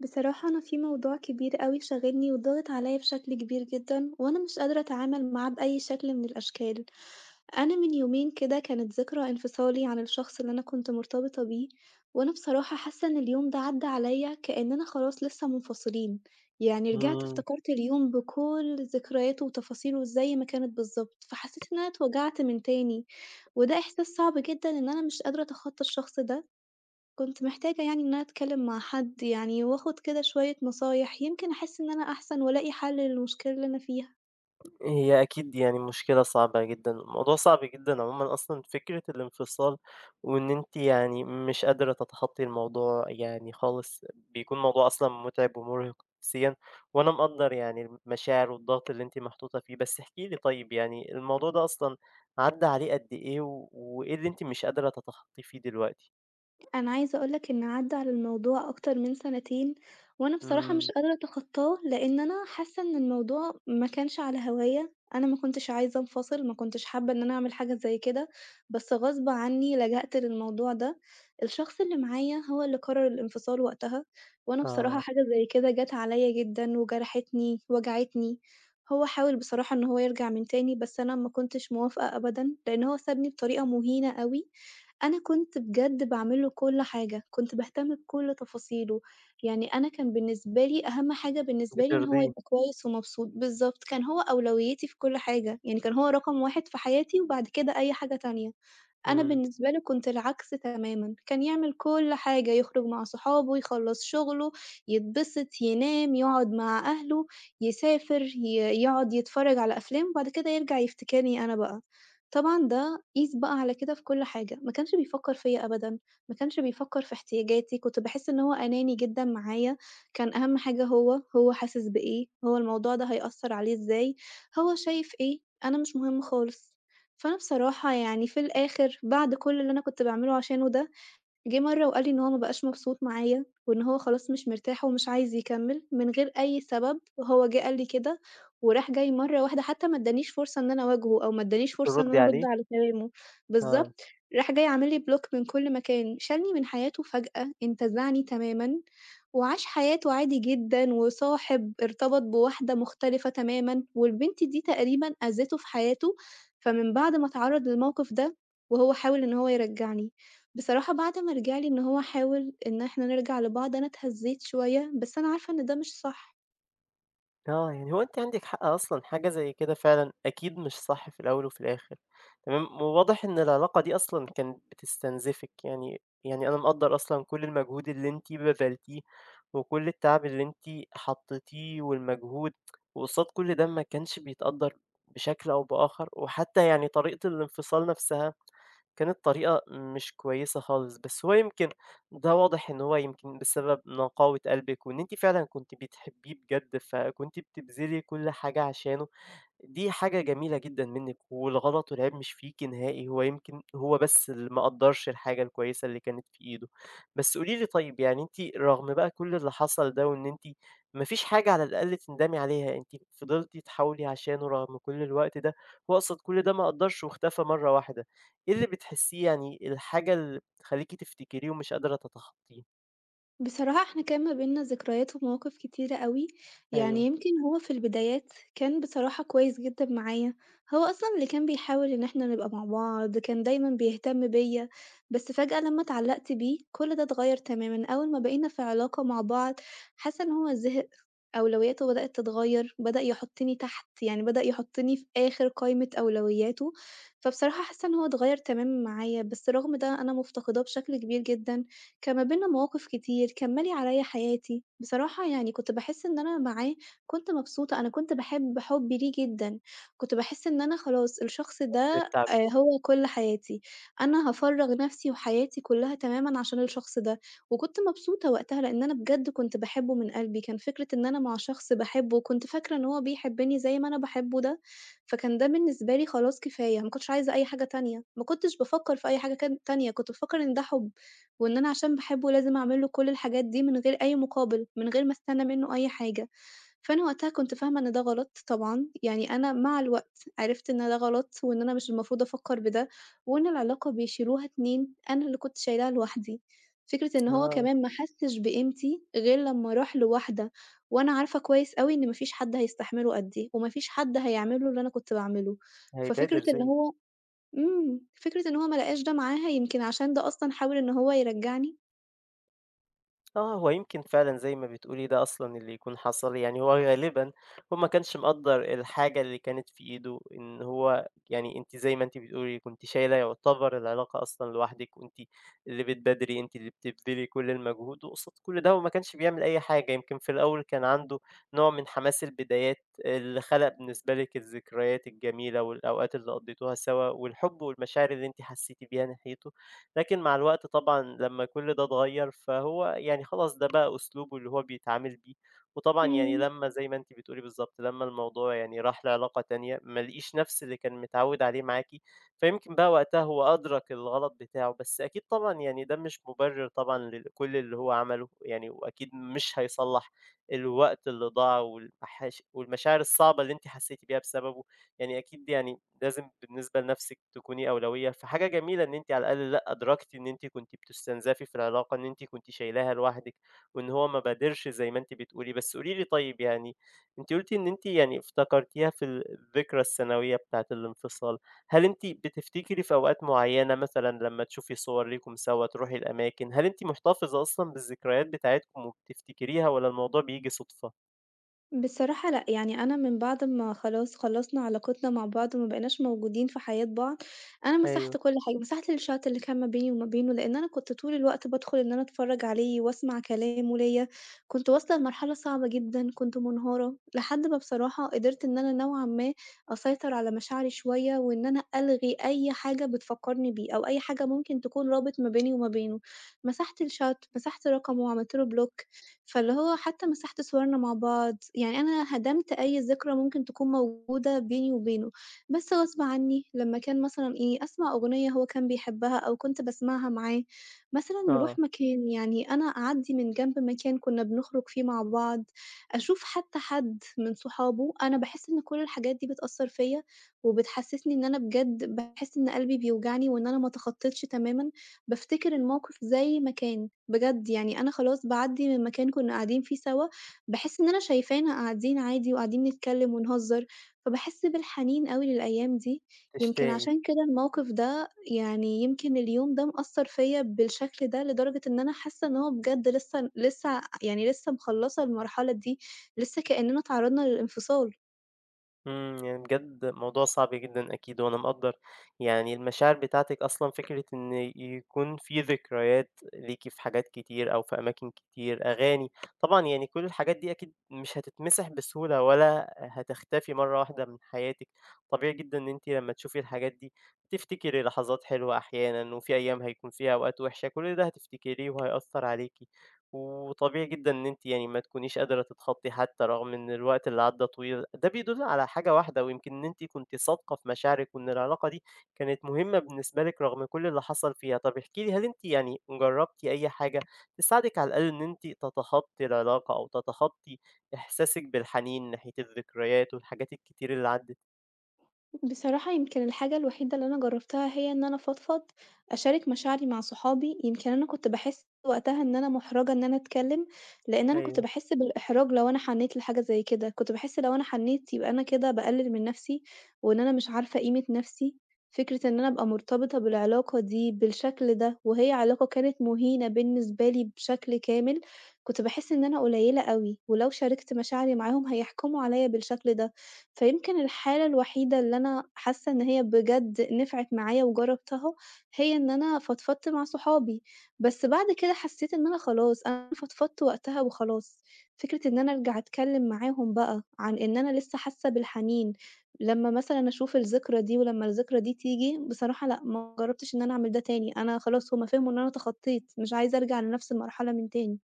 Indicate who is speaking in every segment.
Speaker 1: بصراحة أنا في موضوع كبير أوي شاغلني وضاغط عليا بشكل كبير جدًا، وأنا مش قادرة أتعامل معاه بأي شكل من الأشكال. أنا من يومين كده كانت ذكرى انفصالي عن الشخص اللي أنا كنت مرتبطة بيه، وأنا بصراحة حاسة إن اليوم ده عدّى عليا كأننا خلاص لسه منفصلين، يعني رجعت
Speaker 2: إمم،
Speaker 1: افتكرت اليوم بكل ذكرياته وتفاصيله زي ما كانت بالضبط، فحسيت إن أنا اتوجعت من تاني، وده إحساس صعب جدًا إن أنا مش قادرة أتخطى الشخص ده. كنت محتاجة يعني إن أنا أتكلم مع حد يعني وآخد كده شوية نصايح، يمكن أحس إن أنا أحسن وألاقي حل للمشكلة اللي أنا فيها.
Speaker 2: هي أكيد يعني مشكلة صعبة جدًا، الموضوع صعب جدًا عمومًا أصلًا فكرة الانفصال، وإن أنتِ يعني مش قادرة تتخطي الموضوع يعني خالص، بيكون موضوع أصلًا متعب ومُرهق نفسيًا، وأنا مقدّر يعني المشاعر والضغط اللي أنتِ محطوطة فيه، بس احكِ لي طيب يعني الموضوع ده أصلًا عدّى عليه قد إيه، وإيه اللي أنتِ مش قادرة تتخطيه فيه دلوقتي؟
Speaker 1: أنا عايزة أقول لك إن عدّى على الموضوع أكتر من سنتين، وأنا بصراحة
Speaker 2: إمم،
Speaker 1: مش قادرة أتخطاه، لإن أنا حاسة إن الموضوع ما كانش على هواية، أنا ما كنتش عايزة أنفصل، ما كنتش حابة إن أنا أعمل حاجة زي كده، بس غصب عني لجأت للموضوع ده. الشخص اللي معايا هو اللي قرر الانفصال وقتها، وأنا بصراحة
Speaker 2: آه،
Speaker 1: حاجة زي كده جات عليّا جدًا وجرحتني، وجعتني. هو حاول بصراحة إن هو يرجع من تاني، بس أنا ما كنتش موافقة أبدًا، لإن هو سابني بطريقة مهينة أوي. أنا كنت بجد باعمل له كل حاجة، كنت باهتم بكل تفاصيله، يعني أنا كان بالنسبة لي أهم حاجة بالنسبة لي إن هو
Speaker 2: بترضيه،
Speaker 1: يبقى كويس ومبسوط، بالضبط، كان هو أولويتي في كل حاجة، يعني كان هو رقم 1 في حياتي وبعد كده أي حاجة تانية. أنا
Speaker 2: إمم،
Speaker 1: بالنسبة لي كنت العكس تمامًا، كان يعمل كل حاجة، يخرج مع صحابه، يخلّص شغله، يتبسط، ينام، يقعد مع أهله، يسافر، يقعد يتفرج على أفلام، وبعد كده يرجع يفتكرني أنا بقى. طبعًا ده قيس بقى على كده في كل حاجة، ما كانش بيفكّر فيّا أبدًا، ما كانش بيفكّر في احتياجاتي، كنت باحس إن هو أناني جدًا معايا، كان أهم حاجة هو، هو حاسس بإيه، هو الموضوع ده هيأثّر عليه إزاي، هو شايف إيه، أنا مش مهم خالص. فأنا بصراحة يعني في الآخر بعد كل اللي أنا كنت باعمله عشانه ده، جه مرّة وقال لي إن هو ما بقاش مبسوط معايا، وإن هو خلاص مش مرتاح ومش عايز يكمّل من غير أي سبب، هو جه قال لي كده، وراح جاي مرّة واحدة حتى ما ادّانيش فرصة إن أنا أواجهه أو ما ادّانيش فرصة إن
Speaker 2: تردّي
Speaker 1: أنا أرُد
Speaker 2: عليه؟
Speaker 1: على كلامه،
Speaker 2: آه.
Speaker 1: بالضبط، راح جاي عامل لي block من كل مكان، شالني من حياته فجأة، انتزعني تمامًا، وعاش حياته عادي جدًا، وصاحب، ارتبط بواحدة مختلفة تمامًا، والبنت دي تقريبًا أذِته في حياته، فمن بعد ما اتعرّض للموقف ده وهو حاول إن هو يرجّعني. بصراحة بعد ما رجع لي إن هو حاول إن إحنا نرجع لبعض أنا اتهزيت شوية، بس أنا عارفة إن ده مش صح.
Speaker 2: آه، يعني هو أنتِ عندِك حق أصلًا، حاجة زي كده فعلًا أكيد مش صح في الأول وفي الآخر، تمام، وواضح إن العلاقة دي أصلًا كانت بتستنزفِك، يعني أنا مقدّر أصلًا كل المجهود اللي أنتِ بذلتيه، وكل التعب اللي أنتِ حطيتيه والمجهود، وقصاد كل ده ما كانش بيتقدّر بشكل أو بآخر، وحتى يعني طريقة الانفصال نفسها كانت طريقة مش كويسة خالص، بس هو يمكن ده واضح إن هو يمكن بسبب نقاوة قلبِك، وإن أنتِ فعلًا كنتِ بتحبيه بجد، فكنتِ بتبذلي كل حاجة عشانه. دي حاجة جميلة جدًا منِّك، والغلط والعيب مش فيكِ نهائي، هو يمكن بس اللي ما قدّرش الحاجة الكويسة اللي كانت في إيده. بس قولي لي طيب يعني أنتِ رغم بقى كل اللي حصل ده، وإن أنتِ ما فيش حاجة على الأقل تندمي عليها، أنتِ فضلتِ تحاولي عشانه رغم كل الوقت ده، هو أصلًا كل ده ما قدّرش واختفى مرة واحدة. إيه اللي بتحسيه يعني الحاجة اللي بتخلّيكِ تفتكريه ومش قادرة تتخطيه؟
Speaker 1: بصراحة إحنا كان ما بيننا ذكريات ومواقف كتيرة أوي، يعني
Speaker 2: أيوه،
Speaker 1: يمكن هو في البدايات كان بصراحة كويس جدًا معايا، هو أصلًا اللي كان بيحاول إن إحنا نبقى مع بعض، كان دايمًا بيهتم بيا، بس فجأة لمّا اتعلقت بيه كل ده اتغير تمامًا، أول ما بقينا في علاقة مع بعض حاسة إن هو زهق، أولوياته بدأت تتغير، بدأ يحطني تحت، يعني بدأ يحطني في آخر قايمة أولوياته، فبصراحة حاسة إن هو اتغير تمامًا معايا، بس رغم ده أنا مفتقداه بشكل كبير جدًا. كان ما بيننا مواقف كتير، كان مالي عليّا حياتي، بصراحة يعني كنت باحس إن أنا معاه كنت مبسوطة، أنا كنت باحب حُبّي ليه جدًا، كنت باحس إن أنا خلاص الشخص
Speaker 2: اللي
Speaker 1: ده
Speaker 2: بتاع
Speaker 1: هو كل حياتي، أنا هافرّغ نَفْسي وحياتي كلّها تمامًا عشان الشخص ده، وكنت مبسوطة وقتها لإن أنا بجد كنت باحبه من قلبي، كان فكرة إن أنا مع شخص باحبه وكنت فاكرة إن هو بيحبّني زي ما أنا باحبه ده، فكان ده بالنسبة لي خلاص كفاية، ما كنتش عايزة أي حاجة تانية، ما كنتش بافكّر في أي حاجة كان تانية، كنت بافكّر إن ده حُب. وإن أنا عشان باحبه لازم أعمل له كل الحاجات دي من غير أي مقابل، من غير ما أستنى منه أي حاجة، فأنا وقتها كنت فاهمة إن ده غلط طبعًا، يعني أنا مع الوقت عرفت إن ده غلط، وإن أنا مش المفروض أفكّر بده، وإن العلاقة بيشيلوها اتنين، أنا اللي كنت شايلاها لوحدي. فكرة إن هو
Speaker 2: آه،
Speaker 1: كمان ما حسّش بقيمتي غير لمّا راح لواحدة، وأنا عارفة كويس أوي إن ما فيش حد هيستحمله قدّي، وما فيش حد هيعمل له اللي أنا كنت باعمله.
Speaker 2: هيبادر
Speaker 1: ففكرة إن
Speaker 2: زيِّك.
Speaker 1: هو إمم، فكرة إن هو ما لقاش ده معاها يمكن عشان ده أصلًا حاول إن هو يرجّعني.
Speaker 2: آه، هو يمكن فعلًا زي ما بتقولي ده أصلًا اللي يكون حصل، يعني هو غالبًا ما كانش مقدّر الحاجة اللي كانت في إيده، إن هو يعني أنتِ زي ما أنتِ بتقولي كنتِ شايلة يعتبر العلاقة أصلًا لوحدِك، وأنتِ اللي بتبادري، أنتِ اللي بتبذلي كل المجهود، وقصاد كل ده هو ما كانش بيعمل أي حاجة، يمكن في الأول كان عنده نوع من حماس البدايات اللي خلق بالنسبة لِك الذكريات الجميلة والأوقات اللي قضيتوها سوا، والحب والمشاعر اللي أنتِ حسيتِ بيها ناحيته. لكن مع الوقت طبعًا لمّا كل ده اتغيّر، فهو يعني خلاص ده بقى أسلوبه اللي هو بيتعامل بيه، وطبعًا يعني
Speaker 1: إمم.
Speaker 2: لمّا زي ما أنتِ بتقولي بالضبط، لمّا الموضوع يعني راح لعلاقة تانية، ما لقيش نفس اللي كان متعوّد عليه معاكِ، فيمكن بقى وقتها هو أدرك الغلط بتاعه، بس أكيد طبعًا يعني ده مش مُبرر طبعًا لكل اللي هو عمله، يعني وأكيد مش هيصلّح الوقت اللي ضاع والمحاش والمشاعر الصعبة اللي أنتِ حسيتِ بيها بسببه، يعني أكيد يعني لازم بالنسبة لنفسِك تكوني أولوية، فحاجة جميلة إن أنتِ على الأقل لأ، أدركتِ إن أنتِ كنتِ بتستنزفي في العلاقة، إن أنتِ كنتِ شايلاها لوحدِك، وإن هو ما بادرش زي ما أنتِ بتقولي. بس قولي لي طيب يعني أنتِ قلتِ إن أنتِ يعني افتكرتيها في الذكرى الثانوية بتاعة الانفصال، هل أنتِ بتفتكري في أوقات معينة مثلًا لمّا تشوفي صور ليكم سوا، تروحي الأماكن، هل أنتِ محتفظة أصلًا بالذكريات بتاعتكم وبتفتكريها والّا الموضوع بييجي صُدفة؟
Speaker 1: بصراحة لأ، يعني أنا من بعد ما خلاص خلّصنا علاقتنا مع بعض وما بقيناش موجودين في حياة بعض، أنا
Speaker 2: أيوه،
Speaker 1: مسحت كل حاجة، مسحت الchat اللي كان ما بيني وما بينه، لإن أنا كنت طول الوقت بادخل إن أنا أتفرّج عليه وأسمع كلامه ليّا، كنت واصلة لمرحلة صعبة جدًا، كنت منهارة، لحد ما بصراحة قدرت إن أنا نوعًا ما أسيطر على مشاعري شوية، وإن أنا ألغي أي حاجة بتفكّرني بيه، أو أي حاجة ممكن تكون رابط ما بيني وما بينه، مسحت الchat، مسحت رقمه وعملت له block. فاللي هو حتى مسحت صورنا مع بعض، يعني أنا هدمت أي ذكرى ممكن تكون موجودة بيني وبينه، بس غصب عني لمّا كان مثلًا إيه، أسمع أغنية هو كان بيحبها أو كنت باسمعها معاه، مثلًا
Speaker 2: آه،
Speaker 1: نروح مكان، يعني أنا أعدّي من جنب مكان كنا بنخرج فيه مع بعض، أشوف حتى حد من صحابه، أنا باحس إن كل الحاجات دي بتأثّر فيّا وبتحسّسني إن أنا بجد باحس إن قلبي بيوجعني وإن أنا ما اتخطيتش تمامًا، بافتكر الموقف زي ما كان. بجد يعني أنا خلاص باعدّي من مكان كنا قاعدين فيه سوا، باحس إن أنا شايفانا قاعدين عادي وقاعدين نتكلّم ونهزّر، فباحس بالحنين أوي للأيام دي، يمكن
Speaker 2: تشتاقي.
Speaker 1: عشان كده الموقف ده يعني يمكن اليوم ده مأثّر فيّا بالشكل ده، لدرجة إن أنا حاسة إن هو بجد لسه مخلّصة المرحلة دي، لسه كإننا اتعرّضنا للانفصال.
Speaker 2: يعني بجد موضوع صعب جدًا أكيد، وأنا مقدّر يعني المشاعر بتاعتِك أصلًا فكرة إن يكون في ذكريات ليكِ في حاجات كتير أو في أماكن كتير، أغاني، طبعًا يعني كل الحاجات دي أكيد مش هتتمسح بسهولة ولا هتختفي مرّة واحدة من حياتِك، طبيعي جدًا إن أنتِ لمّا تشوفي الحاجات دي تفتكري لحظات حلوة أحيانًا، وفي أيام هيكون فيها أوقات وحشة، كل ده هتفتكريه وهيأثّر عليكِ. وطبيعي جدًا إن أنتِ يعني ما تكونيش قادرة تتخطّي حتى رغم إن الوقت اللي عدّى طويل، ده بيدل على حاجة واحدة ويمكن إن أنتِ كنتِ صادقة في مشاعرِك وإن العلاقة دي كانت مهمة بالنسبة لِك رغم كل اللي حصل فيها. طَب احكي لي هل أنتِ يعني جرّبتِ أي حاجة تساعدِك على الأقل إن أنتِ تتخطّي العلاقة أو تتخطّي إحساسِك بالحنين ناحية الذكريات والحاجات الكتير اللي عدّت؟
Speaker 1: بصراحة يمكن الحاجة الوحيدة اللي أنا جرّبتها هي إن أنا أفضفض، أشارك مشاعري مع صحابي، يمكن أنا كنت باحس وقتها إن أنا مُحرَجة إن أنا أتكلّم، لإن أنا كنت
Speaker 2: أيوه.
Speaker 1: باحس بالإحراج لو أنا حنّيت لحاجة زي كده، كنت باحس لو أنا حنّيت يبقى أنا كده باقلِّل من نَفْسي، وإن أنا مش عارفة قيمة نَفْسي، فكرة إن أنا أبقى مرتبطة بالعلاقة دي بالشكل ده، وهي علاقة كانت مُهينة بالنسبة لي بشكل كامل، كنت باحس إن أنا قليّلة أوي، ولو شاركت مشاعري معاهم هيحكموا عليَّ بالشكل ده. فيمكن الحالة الوحيدة اللي أنا حاسة إن هي بجد نفعت معايا وجربتها، هي إن أنا فضفضت مع صحابي، بس بعد كده حسيت إن أنا خلاص أنا فضفضت وقتها وخلاص، فكرة إن أنا أرجع أتكلم معاهم بقى عن إن أنا لسه حاسة بالحنين، لما مثلًا أشوف الذكرى دي ولما الذكرى دي تيجي، بصراحة لأ، ما جربتش إن أنا أعمل ده تاني، أنا خلاص هُم فهموا إن أنا تخطيت، مش عايزة أرجع لنفس المرحلة من تاني.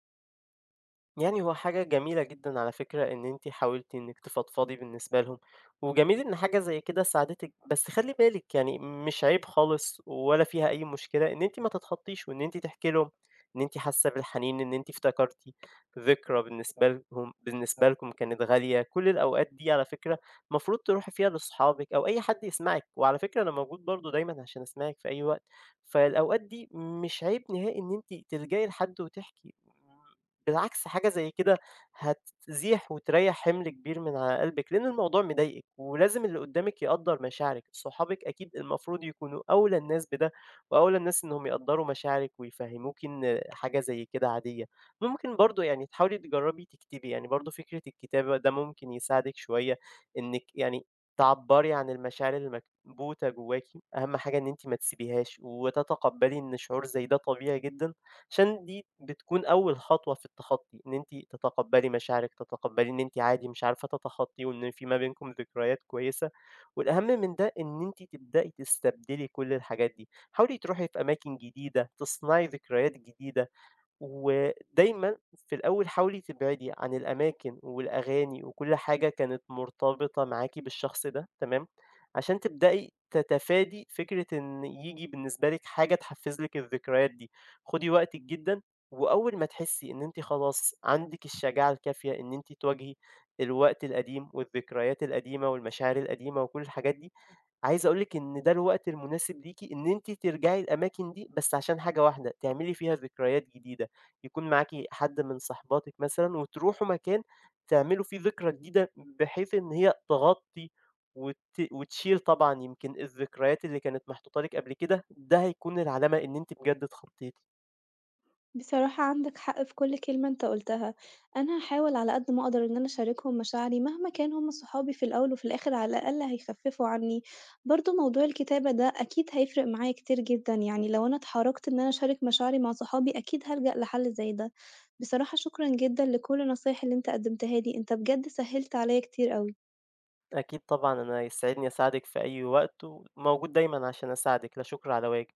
Speaker 2: يعني هو حاجة جميلة جدًا على فكرة إن أنتِ حاولتِ إنِّك تفضفضي بالنسبة لهم، وجميل إن حاجة زي كده ساعدتِك، بس خلّي بالِك يعني مش عيب خالص ولا فيها أي مشكلة إن أنتِ ما تتخضيش وإن أنتِ تحكي لهم إن أنتِ حاسة بالحنين، إن أنتِ افتكرتِ ذكرى بالنسبة لكم كانت غالية، كل الأوقات دي على فكرة المفروض تروحي فيها لأصحابِك أو أي حد يسمعِك، وعلى فكرة أنا موجود برضه دايمًا عشان أسمعِك في أي وقت، فالأوقات دي مش عيب نهائي إن أنتِ تلجئي لحد وتحكي. بالعكس حاجة زي كده هتزيح وتريّح حِمل كبير من على قلبِك، لإن الموضوع مضايقِك، ولازم اللي قدّامِك يقدّر مشاعرِك، صحابِك أكيد المفروض يكونوا أولى الناس بده، وأولى الناس إنهم يقدّروا مشاعرِك ويفهّموكِ إن حاجة زي كده عادية. ممكن برضه يعني تحاولي تجرّبي تكتبي، يعني برضه فكرة الكتابة ده ممكن يساعدِك شوية إنِّك يعني تعبّري عن المشاعر المكبوتة جوّاكِ، أهم حاجة إن أنتِ ما تسيبيهاش، وتتقبّلي إن شعور زي ده طبيعي جدًا عشان دي بتكون أول خطوة في التخطي، إن أنتِ تتقبّلي مشاعرِك، تتقبّلي إن أنتِ عادي مش عارفة تتخطّي وإن في ما بينكم ذكريات كويسة، والأهم من ده إن أنتِ تبدئي تستبدلي كل الحاجات دي، حاولي تروحي في أماكن جديدة، تصنعي ذكريات جديدة. ودايمًا في الأول حاولي تبعدي عن الأماكن والأغاني وكل حاجة كانت مرتبطة معاكِ بالشخص ده، تمام، عشان تبدئي تتفادي فكرة إن ييجي بالنسبة لِك حاجة تحفز لِك الذكريات دي، خدي وقتِك جدًا، وأول ما تحسي إن أنتِ خلاص عندِك الشجاعة الكافية إن أنتِ تواجهي الوقت القديم والذكريات القديمة والمشاعر القديمة وكل الحاجات دي، عايز أقول لِك إن ده الوقت المناسب ليكِ إن أنتِ ترجعي الأماكن دي، بس عشان حاجة واحدة، تعملي فيها ذكريات جديدة، يكون معاكِ حد من صاحباتِك مثلًا وتروحوا مكان تعملوا فيه ذكرى جديدة، بحيث إن هي تغطي وت وتشيل طبعًا يمكن الذكريات اللي كانت محطوطة لِك قبل كده، ده هيكون العلامة إن أنتِ بجد اتخطيتِ.
Speaker 1: بصراحة عندك حق في كل كلمة أنت قُلتها، أنا هاحاول على قد ما أقدر إن أنا أشاركهم مشاعري مهما كان هُم صحابي في الأول وفي الآخر على الأقل هيخفّفوا عني، برضه موضوع الكتابة ده أكيد هيفرق معايا كتير جدًا، يعني لو أنا اتحرجت إن أنا أشارك مشاعري مع صحابي أكيد هالجأ لحل زي ده، بصراحة شكرًا جدًا لكل النصايح اللي أنت قدّمتها لي، أنت بجد سهّلت عليّا كتير أوي.
Speaker 2: أكيد طبعًا، أنا يسعدني أساعدِك في أي وقت، وموجود دايمًا عشان أساعدِك، لا شكر على واجب.